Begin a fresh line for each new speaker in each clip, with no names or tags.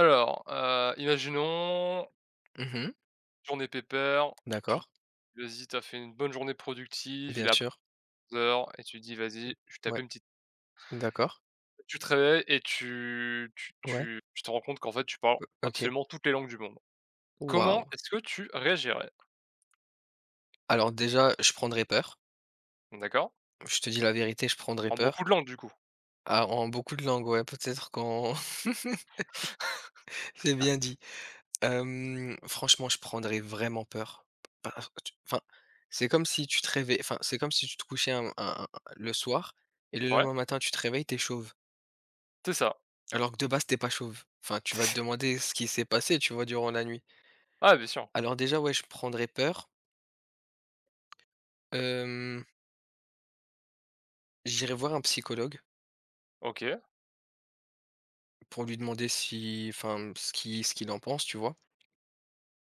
Alors, imaginons,
Mmh.
journée pépère, tu te
D'accord,
dis, vas-y, t'as fait une bonne journée productive,
bien
il a après
sûr.
11h et tu te dis: «Vas-y, je tape
Ouais,
une petite».
d'accord.
Tu te réveilles et tu tu
Ouais,
tu tu te rends compte qu'en fait, tu parles
OK.
absolument toutes les langues du monde. Comment
Waouh!
est-ce que tu réagirais?
Alors déjà, je prendrais peur.
D'accord?
Je te dis la vérité, je prendrais
En
peur.
beaucoup de langues, du coup?
Ah, en beaucoup de langues, ouais, peut-être quand. C'est bien dit. Franchement, je prendrais vraiment peur. Par tu enfin, c'est comme si tu te réveillais enfin, c'est comme si tu te couchais un le soir et le
Ouais,
lendemain matin, tu te réveilles, tu es chauve.
c'est ça.
Alors que de base, t'es pas chauve. Enfin, tu vas te demander ce qui s'est passé, tu vois, durant la nuit.
Ah, bien sûr.
Alors déjà, ouais, je prendrais peur. Hem J'irai voir un psychologue
OK,
pour lui demander si enfin, ce qu'il en pense, tu vois?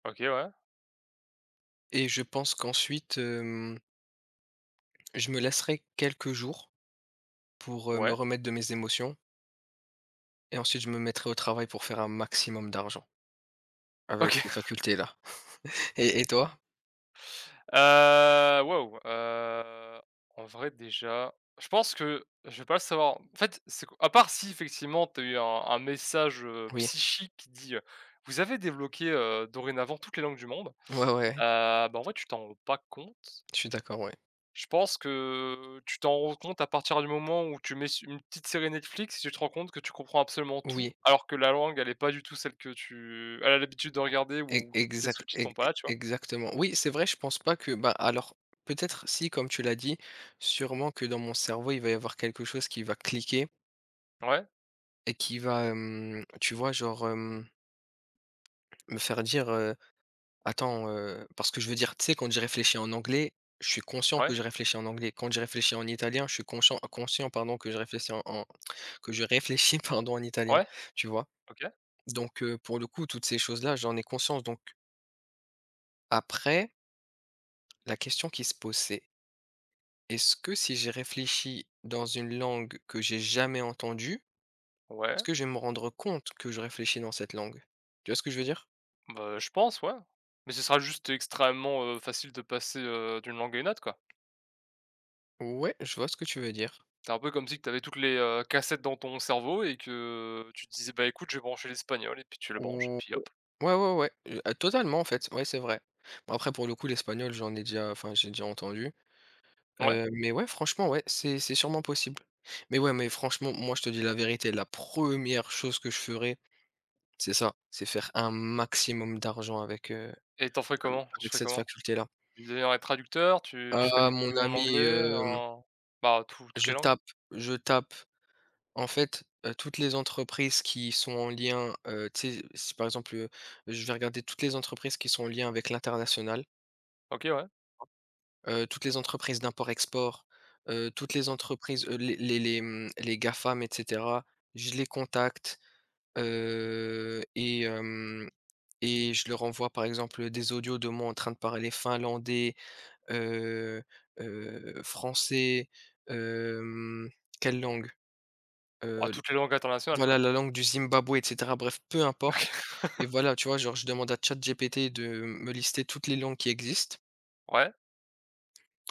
OK, ouais,
Et je pense qu'ensuite, je me laisserai quelques jours pour me
ouais,
remettre de mes émotions et ensuite je me mettrai au travail pour faire un maximum d'argent avec
OK.
ces facultés-là. Et toi?
Waouh, en vrai déjà, je pense que je vais pas le savoir. En fait, c'est qu à part si effectivement tu as eu un message,
Oui.
psychique qui dit: «Vous avez débloqué, dorénavant toutes les langues du monde».
Ouais, ouais, ouais,
Bah, en vrai tu t'en rends pas compte.
je suis d'accord, ouais.
Je pense que tu t'en rends compte à partir du moment où tu mets su une petite série Netflix, tu te rends compte que tu comprends absolument tout,
Oui,
alors que la langue elle est pas du tout celle que tu elle a l'habitude de regarder
e
ou les
exact
sous-titres
e
sont pas là, tu vois?
exactement. Oui, c'est vrai, je pense pas que bah, alors peut-être si, comme tu l'as dit, sûrement que dans mon cerveau, il va y avoir quelque chose qui va cliquer.
Ouais,
Et qui va, tu vois, genre, me faire dire: «Attends» parce que je veux dire, tu sais, quand j'ai réfléchi en anglais, je suis conscient
ouais,
que je réfléchis en anglais. Quand j'ai réfléchi en italien, je suis conscient, pardon, que je réfléchis en que je réfléchis, pardon, en italien,
ouais,
tu vois?
OK,
Donc, pour le coup, toutes ces choses-là, j'en ai conscience. Donc après, la question qui se pose, c'est: «Est-ce que si j'ai réfléchi dans une langue que j'ai jamais entendue, est-ce
ouais.
que je vais me rendre compte que je réfléchis dans cette langue?» Tu vois ce que je veux dire?
Bah, je pense, ouais. Mais ce sera juste extrêmement, facile de passer, d'une langue à une autre, quoi.
Ouais, je vois ce que tu veux dire.
C'est un peu comme si tu avais toutes les, cassettes dans ton cerveau et que tu te disais: «Bah, écoute, je vais brancher l'espagnol» et puis tu le branches et
Mmh,
puis hop.
ouais, ouais, ouais, totalement en fait, ouais, c'est vrai. Bon après pour le coup l'espagnol j'en ai déjà enfin j'ai déjà entendu,
Ouais,
mais ouais franchement ouais, c'est sûrement possible. Mais ouais, mais franchement moi je te dis la vérité, la première chose que je ferais, c'est ça, c'est faire un maximum d'argent avec, heu,
et t'en en ferais comment? Tu
avec
ferais
cette
comment?
faculté-là.
Tu deviendrais traducteur? Tu ferais
Ah
des
mon
vidéos en
ami,
anglais,
hem,
en bah, toutes les
je
langues?
tape, je tape, en fait, toutes les entreprises qui sont en lien, tu sais, si par exemple, je vais regarder toutes les entreprises qui sont en lien avec l'international.
OK, ouais.
Toutes les entreprises d'import-export, toutes les entreprises, les GAFAM et cetera, je les contacte, heu et hem et je leur envoie, par exemple, des audios de moi en train de parler finlandais, heu français, hem, quelle langue?
Bah,
Heu,
toutes les langues internationales,
voilà,
quoi.
la langue du Zimbabwe et cetera, bref, peu importe, et voilà, tu vois? Genre, je demande à ChatGPT de me lister toutes les langues qui existent.
Ouais.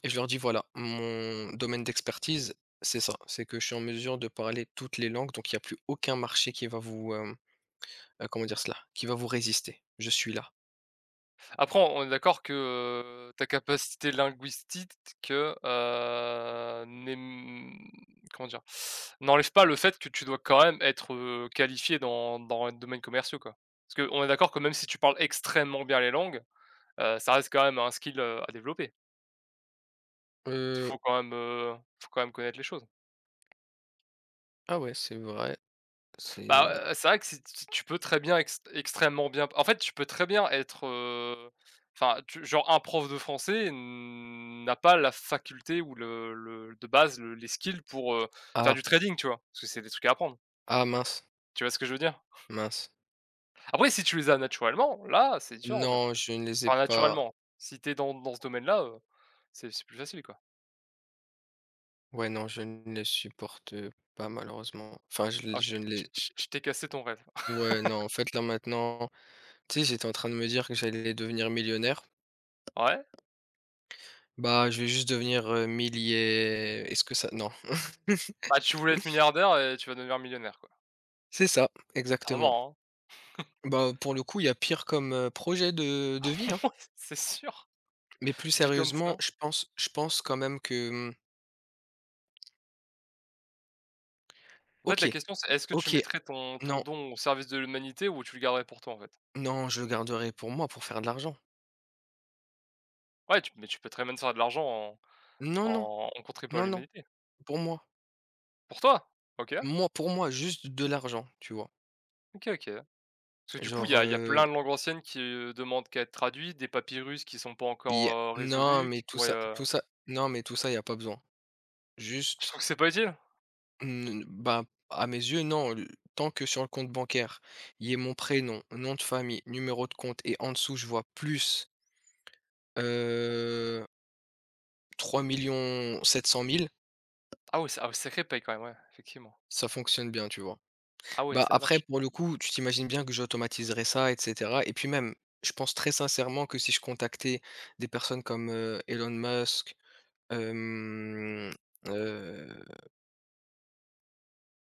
Et je leur dis, voilà, mon domaine d'expertise, c'est ça, c'est que je suis en mesure de parler toutes les langues, donc il y a plus aucun marché qui va vous, comment dire cela? Qui va vous résister. Je suis là.
Après, on est d'accord que, ta capacité linguistique, heu, n'ém comment dire? N'enlève pas le fait que tu dois quand même être, qualifié dans les domaines commerciaux, quoi. Parce qu'on est d'accord que même si tu parles extrêmement bien les langues, ça reste quand même un skill, à développer. Il
Heu,
faut quand même, Faut quand même connaître les choses.
ah ouais, c'est vrai, c'est
Bah, c'est vrai que si tu peux très bien extrêmement bien en fait, tu peux très bien être, enfin, tu genre un prof de français n'a pas la faculté ou le de base, le les skills pour, faire
ah,
du trading, tu vois? Parce que c'est des trucs à apprendre.
ah mince,
Tu vois ce que je veux dire?
mince.
Après, si tu les as naturellement, là, c'est différent, tu vois?
Non, je ne les ai
Enfin,
pas.
naturellement, si tu es dans ce domaine-là, c'est plus facile, quoi.
Ouais, non, je ne les supporte pas, malheureusement. Enfin,
Alors je te
je ne
je te
les.
je t'ai cassé ton rêve.
Ouais, non, en fait, là, maintenant, tu sais, j'étais en train de me dire que j'allais devenir millionnaire.
Ouais?
Bah, je vais juste devenir, millié est-ce que ça non.
Bah, tu voulais être milliardaire et tu vas devenir millionnaire, quoi.
C'est ça,
Ça va,
exactement.
hein?
Bah, pour le coup, il y a pire comme, projet de vie, hein.
Ouais, c'est sûr,
Mais plus
vu comme ça.
sérieusement, je pense quand même que, mmh,
En fait, la
OK,
question, c'est est-ce que tu
OK,
mettrais ton
non,
don au service de l'humanité ou tu le garderais pour toi, en fait?
non, je le garderai pour moi, pour faire de l'argent.
Ouais, tu mais tu peux très bien te faire de l'argent en
Non, non,
en contribuant à
non, non,
l'humanité.
pour moi.
Pour toi? OK,
Moi, pour moi, juste de l'argent, tu vois?
OK, OK. Parce que du coup, il y
Genre,
a il y a
heu,
plein de langues anciennes qui, demandent qu'à être traduites, des papyrus qui sont pas
il y a
encore,
non,
résolus,
mais
qui pourraient,
tout ça non, mais tout ça, il y a pas besoin.
je
Juste,
trouve que c'est pas utile.
n bah, à mes yeux, non, l tant que sur le compte bancaire, il y ait mon prénom, nom de famille, numéro de compte et en dessous, je vois plus. Euh, 3 700 000,
Ah ouais, c'est, ah ouais, sacré paye quand même, ouais, effectivement.
ça fonctionne bien, tu vois?
Ah ouais,
Bah,
c'est la
après
vache.
pour le coup, tu t'imagines bien que j'automatiserai ça et cetera et puis même, je pense très sincèrement que si je contactais des personnes comme, Elon Musk, hem, heu,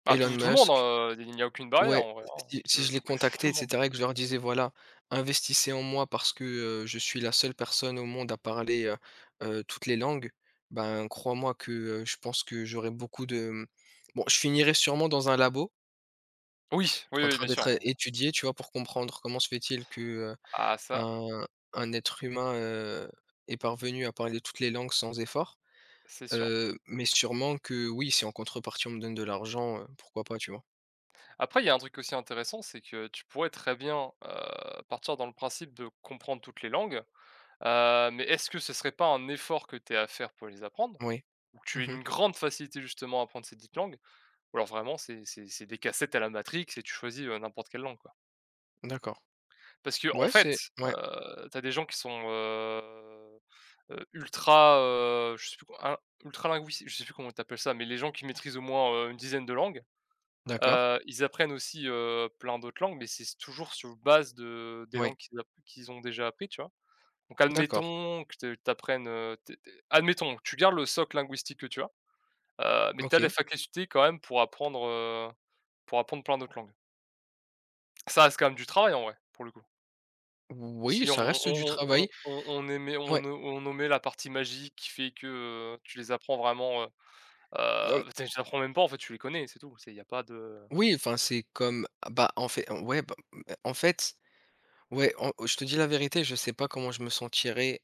Ah,
Elon
tout le monde,
Musk
hein, il n'y a aucune barrière
Ouais,
en vrai, hein,
si
tu
si
peux
je les
tout
contactais
le
et
monde.
cetera et que je leur disais: «Voilà, investissez en moi parce que, je suis la seule personne au monde à parler, toutes les langues», ben, crois-moi que, je pense que j'aurais beaucoup de, bon, je finirais sûrement dans un labo
Oui, oui,
en
oui,
train
bien sûr,
d'être
ouais.
étudié, tu vois? Pour comprendre comment se fait-il que, heu,
Ah ça,
un un être humain, est parvenu à parler toutes les langues sans effort,
c'est sûr.
heu, mais sûrement que oui, si en contrepartie on me donne de l'argent, pourquoi pas, tu vois?
Après, il y a un truc aussi intéressant, c'est que tu pourrais très bien, partir dans le principe de comprendre toutes les langues, mais est-ce que ce serait pas un effort que tu es à faire pour les apprendre?
Oui.
Ou que tu aies
Mmh.
une grande facilité justement à apprendre ces dites langues? Ou alors vraiment c'est des cassettes à la Matrix et tu choisis, n'importe quelle langue, quoi?
D'accord.
Parce que, en
Ouais,
fait,
c'est ouais.
tu des gens qui sont, ultra, je sais plus co un ultra linguis je sais plus comment t'appelles ça, mais les gens qui maîtrisent au moins, une dizaine de langues.
D'accord.
Ils apprennent aussi, plein d'autres langues, mais c'est toujours sur base de des
Oui,
langues qu'ils ont déjà appris, tu vois? Donc
d'accord,
admettons que te tu apprennes, admettons, tu gardes le socle linguistique que tu as, mais tu as la
OK.
faculté quand même pour apprendre, plein d'autres langues. Ça reste quand même du travail en vrai, pour le coup.
Oui,
Si
ça
on
reste du
on on
travail.
on on émet on
Ouais,
o on omet la partie magique qui fait que, tu les apprends vraiment,
non
bah, tu les apprends même pas en fait, tu les connais, c'est tout. C'est il y a pas de,
oui, enfin, c'est comme ah bah, en fait ouais, bah, en fait, ouais, en je te dis la vérité, je sais pas comment je me sentirais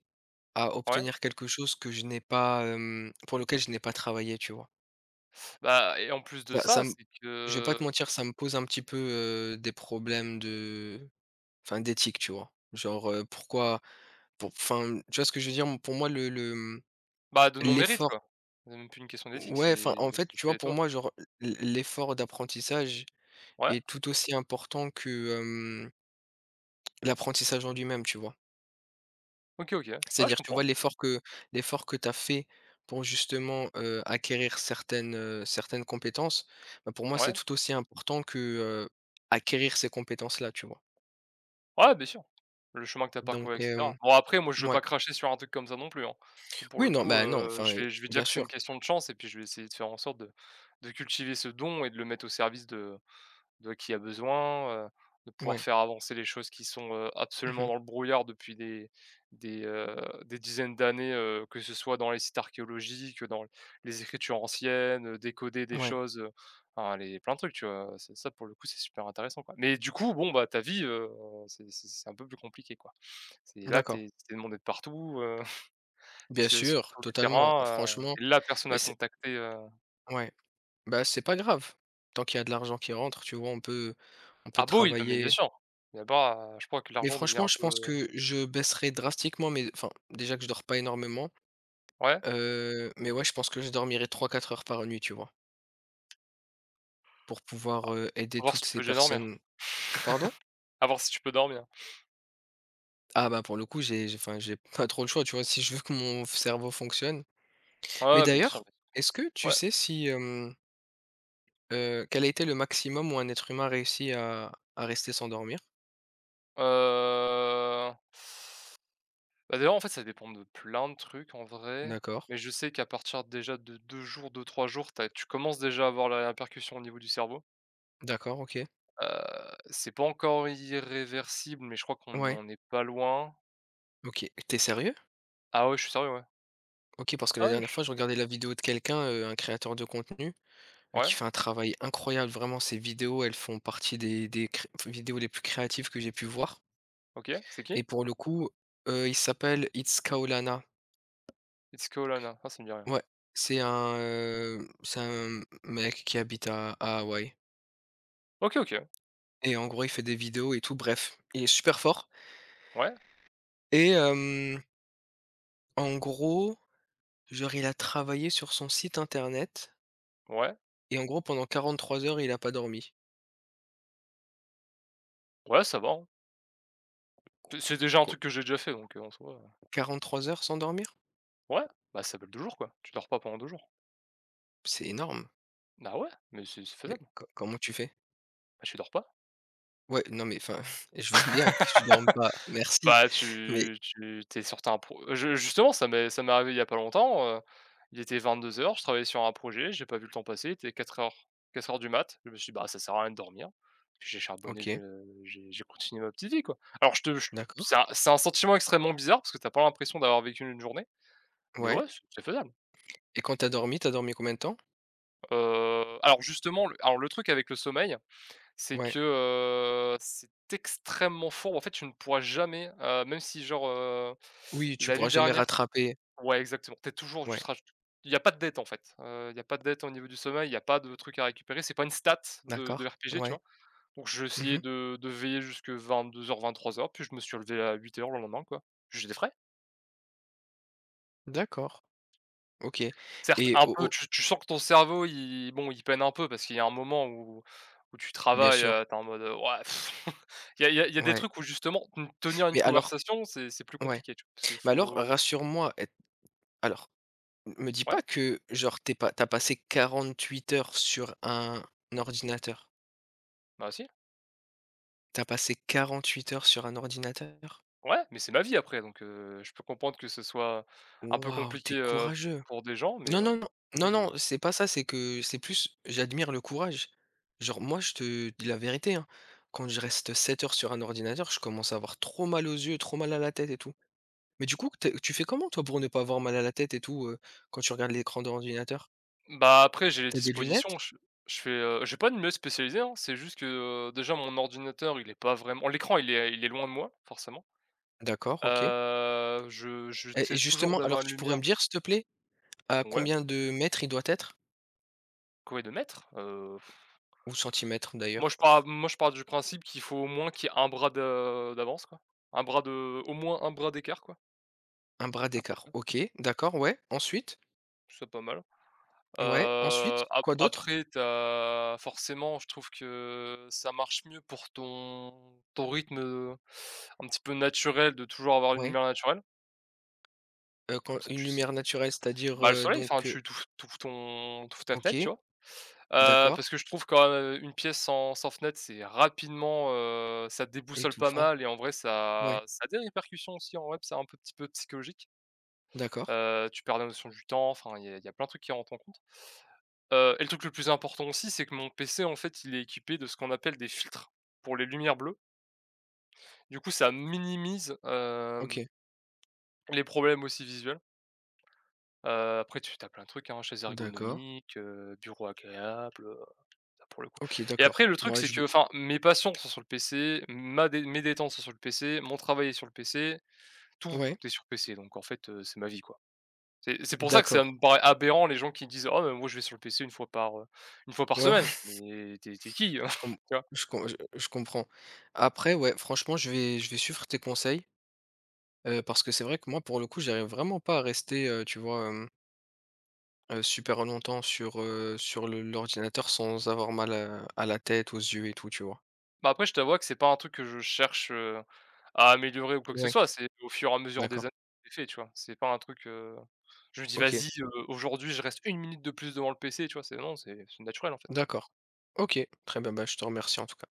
à
ouais,
obtenir quelque chose que je n'ai pas, pour lequel je n'ai pas travaillé, tu vois?
bah, et en plus de
Ça
ça,
ça me
c'est
Je vais pas te
que
mentir, ça me pose un petit peu, des problèmes de enfin, d'éthique, tu vois? Genre, pourquoi pour enfin, tu vois ce que je veux dire? Pour moi,
bah, de mon mérite,
l'effort.
quoi. C'est même plus une question d'éthique,
Ouais, enfin,
c'est,
en fait,
c'est
tu vois,
c'est
pour
toi.
moi, genre, l'effort d'apprentissage
Ouais,
est tout aussi important que, hem, l'apprentissage en lui-même, tu vois?
OK, OK. Ouais, je
C'est-à-dire, tu vois,
comprends.
l'effort que tu as fait pour justement, acquérir certaines, certaines compétences, bah, pour moi, c'est
Ouais.
tout aussi important que, acquérir ces compétences-là, tu vois?
Ouais, bien sûr. Le chemin que tu as
Donc
parcouru, et cetera.
hem,
Bon, après, moi, je veux
mouais.
pas cracher sur un truc comme ça non plus, hein. Pour
Oui,
le
non,
coup,
bah, non, enfin,
je
heu,
vais je vais dire
bien
que c'est
sûr.
une question de chance et puis je vais essayer de faire en sorte de cultiver ce don et de le mettre au service de qui a besoin, de pouvoir
Ouais.
faire avancer les choses qui sont, absolument
Mmh.
dans le brouillard depuis des des, heu, des dizaines d'années, que ce soit dans les sites archéologiques, dans les écritures anciennes, décoder des
Ouais.
choses, enfin les plein de trucs, tu vois? C'est ça, pour le coup, c'est super intéressant, quoi. Mais du coup, bon, bah, ta vie, c'est un peu plus compliqué, quoi. C'est là,
D'accord.
t'es es demandé de partout,
Bien
tu sur
sûr,
tous les
totalement.
terrains,
Franchement,
tu la personne
mais
à
c'est
contacter,
ouais. Bah, c'est pas grave. Tant qu'il y a de l'argent qui rentre, tu vois, on peut
ah bah, oui, non mais bien
travailler.
sûr. Mais là-bas, je crois que
Mais
l'argent devient
franchement,
un
je
peu,
pense que je baisserai drastiquement mes enfin, déjà que je dors pas énormément,
ouais.
heu, mais ouais, je pense que je dormirai trois quatre heures par nuit, tu vois? Pour
Ah,
pouvoir,
à
aider
voir si
toutes
tu peux
ces
déjà dormir.
personnes. Pardon?
À voir si tu peux dormir.
Ah bah, pour le coup, j'ai enfin, j'ai pas trop le choix, tu vois? Si je veux que mon cerveau fonctionne.
Ouais,
Mais
ouais, bien sûr,
d'ailleurs, est-ce que
bien,
tu
ouais.
sais si, quel a été le maximum où un être humain a réussi à rester sans dormir?
Heu, Bah, d'ailleurs, en fait, ça dépend de plein de trucs en vrai,
D'accord.
mais je sais qu'à partir déjà de 2 jours, 2 trois jours, tu commences déjà à avoir la répercussion au niveau du cerveau.
D'accord, OK.
C'est pas encore irréversible, mais je crois qu'on
Ouais.
n'en est pas loin.
OK. T'es sérieux?
Ah ouais, je suis sérieux, ouais.
OK, parce que
Ah
la
ouais,
dernière
je
fois, je regardais la vidéo de quelqu'un, un créateur de contenu,
ouais,
qui fait un travail incroyable. Vraiment, ses vidéos, elles font partie des cré enfin, vidéos les plus créatives que j'ai pu voir
OK, c'est qui?
et pour le coup, il s'appelle It's Kaolana.
It's Colonna. Ah, ça me dit rien.
Ouais, c'est un, c'est un mec qui habite à Hawaï
OK, OK.
et en gros, il fait des vidéos et tout. Bref, il est super fort
Ouais,
et hem, en gros, genre, il a travaillé sur son site internet
ouais,
et en gros, pendant 43 heures, il a pas dormi.
ouais, ça va, hein.
Qu
C'est déjà un
Quoi?
truc que j'ai déjà fait, donc en soi.
43 heures sans dormir?
Ouais, bah, ça s'appelle 2 jours, quoi. Tu dors pas pendant 2 jours.
C'est énorme.
Ah ouais, mais c'est
Mais
faisable.
co comment tu fais?
Bah, tu dors pas.
Ouais, non, mais enfin, je veux bien que tu dormes pas, merci.
Bah,
Mais
tu t'es es sur un pro je justement, ça m'est arrivé il y a pas longtemps, il était 22 heures. Je travaillais sur un projet, j'ai pas vu le temps passer, il était 4h, heures du mat. Je me suis dit: «Bah, ça sert à rien de dormir». Puis j'ai charbonné, je
OK,
j'ai continué ma petite vie, quoi. Alors je te je
d'accord,
c'est un sentiment extrêmement bizarre parce que tu as pas l'impression d'avoir vécu une journée, mais
ouais,
ouais, c'est faisable.
et quand t'as dormi combien de temps?
Alors justement, le truc avec le sommeil. C'est
Ouais.
que, c'est extrêmement fort. En fait, tu ne pourras jamais, même si genre,
Oui, tu
la
pourras
nuit
jamais
dernière,
rattraper.
ouais, exactement. T'es toujours, tu
Ouais,
seras, il n'y a pas de dette en fait, il n'y a pas de dette au niveau du sommeil, il n'y a pas de truc à récupérer. C'est pas une stat de
d'accord,
de RPG, tu
ouais.
vois? Donc j'ai essayé
Mmh.
de veiller jusque vingt-deux, vingt-trois heures, puis je me suis levé à 8 heures le lendemain, quoi. J'ai des frais.
D'accord, OK,
Certes,
et
un
au
peu,
au
tu sens que ton cerveau, il bon, il peine un peu parce qu'il y a un moment où tu
bien
travailles,
sûr,
tu en mode, ouais. «Ouah!» Il y a il y a il y a des
ouais.
trucs où justement, tenir une
Mais alors
conversation, c'est plus
ouais,
compliqué, tu vois? Parce qu'il
mais alors
faut,
rassure-moi, et alors me dis
ouais,
pas que genre t'es pas t'as passé 48 heures sur un ordinateur.
bah, si,
T'as passé 48 heures sur un ordinateur?
ouais, mais c'est ma vie après donc je peux comprendre que ce soit un peu
Waouh,
compliqué,
t'es courageux.
pour des gens mais
Non, non, non,
moi
non,
je
non, c'est pas ça, c'est que c'est plus j'admire le courage. Genre moi je te dis la vérité, hein, quand je reste 7 heures sur un ordinateur, je commence à avoir trop mal aux yeux, trop mal à la tête et tout. Mais du coup, tu fais comment toi pour ne pas avoir mal à la tête et tout quand tu regardes l'écran de l'ordinateur?
bah, après j'ai les
T'as des
dispositions,
lunettes?
je fais, j'ai pas de mieux spécialisé, hein, c'est juste que, déjà mon ordinateur, il est pas vraiment l'écran, il est loin de moi, forcément.
D'accord, ok.
Je j'essaie
Et
toujours
justement,
d'avoir
alors
une
tu pourrais
lumière,
me dire, s'il te plaît, à
ouais,
combien de mètres il doit être?
quoi et de mettre,
Ou centimètres d'ailleurs?
moi je pars du principe qu'il faut au moins qu'il y ait un bras de d'avance, quoi, un bras de au moins un bras d'écart, quoi,
Un bras
à peu
d'écart.
près,
Ok, d'accord, ouais. Ensuite,
je ça pas mal.
ouais, ensuite,
Ap
quoi d'autre?
Après t'as forcément je trouve que ça marche mieux pour ton rythme, un petit peu naturel de toujours avoir une
Ouais.
lumière naturelle,
Quand
comme ça
une
tu sais,
lumière naturelle, c'est-à-dire
bah, le soleil, enfin tu ouvres ton tu ta fenêtre, tu
OK,
vois? Parce
d'accord,
que je trouve quand, même une pièce sans fenêtre, c'est rapidement, ça déboussole pas
étouffant,
mal et en vrai
ouais,
ça a des répercussions aussi en web, c'est un peu petit peu psychologique.
d'accord,
Tu perds la notion du temps, enfin il y a plein de trucs qui rentrent en compte. Et le truc le plus important aussi, c'est que mon PC en fait, il est équipé de ce qu'on appelle des filtres pour les lumières bleues. Du coup, ça minimise,
OK,
les problèmes aussi visuels. Après tu as plein de trucs, hein, chaise
d'accord,
ergonomique, bureau agréable, bah, pour le coup.
OK,
Et après
d'accord.
le truc
Moi,
c'est
je
que,
dis
enfin, mes passions sont sur le PC, ma dé mes détentes sont sur le PC, mon travail est sur le PC, tout
ouais,
est sur PC, donc en fait, c'est ma vie, quoi. C'est pour ça que ça
d'accord,
me paraît aberrant, les gens qui disent: «Oh mais moi je vais sur le PC une fois par, 1 fois par
ouais, ouais,
semaine». Je fais: «Mais t'es es qui?»
je com
Tu vois?
je comprends. Après, ouais, franchement, je vais suivre tes conseils, parce que c'est vrai que moi, pour le coup, j'arrive vraiment pas à rester, tu vois, super longtemps sur, sur le l'ordinateur sans avoir mal à la tête, aux yeux et tout, tu vois?
Bah, après je t'avoue que c'est pas un truc que je cherche, à améliorer ou quoi que ce
Ouais,
soit, c'est au fur et à mesure des
d'accord,
années que je fait, tu vois? C'est pas un truc, je me dis:
OK,
«Vas-y, aujourd'hui je reste une minute de plus devant le PC», tu vois? C'est non, c'est naturel en fait.
d'accord, OK, très bien, bah, je te remercie en tout cas.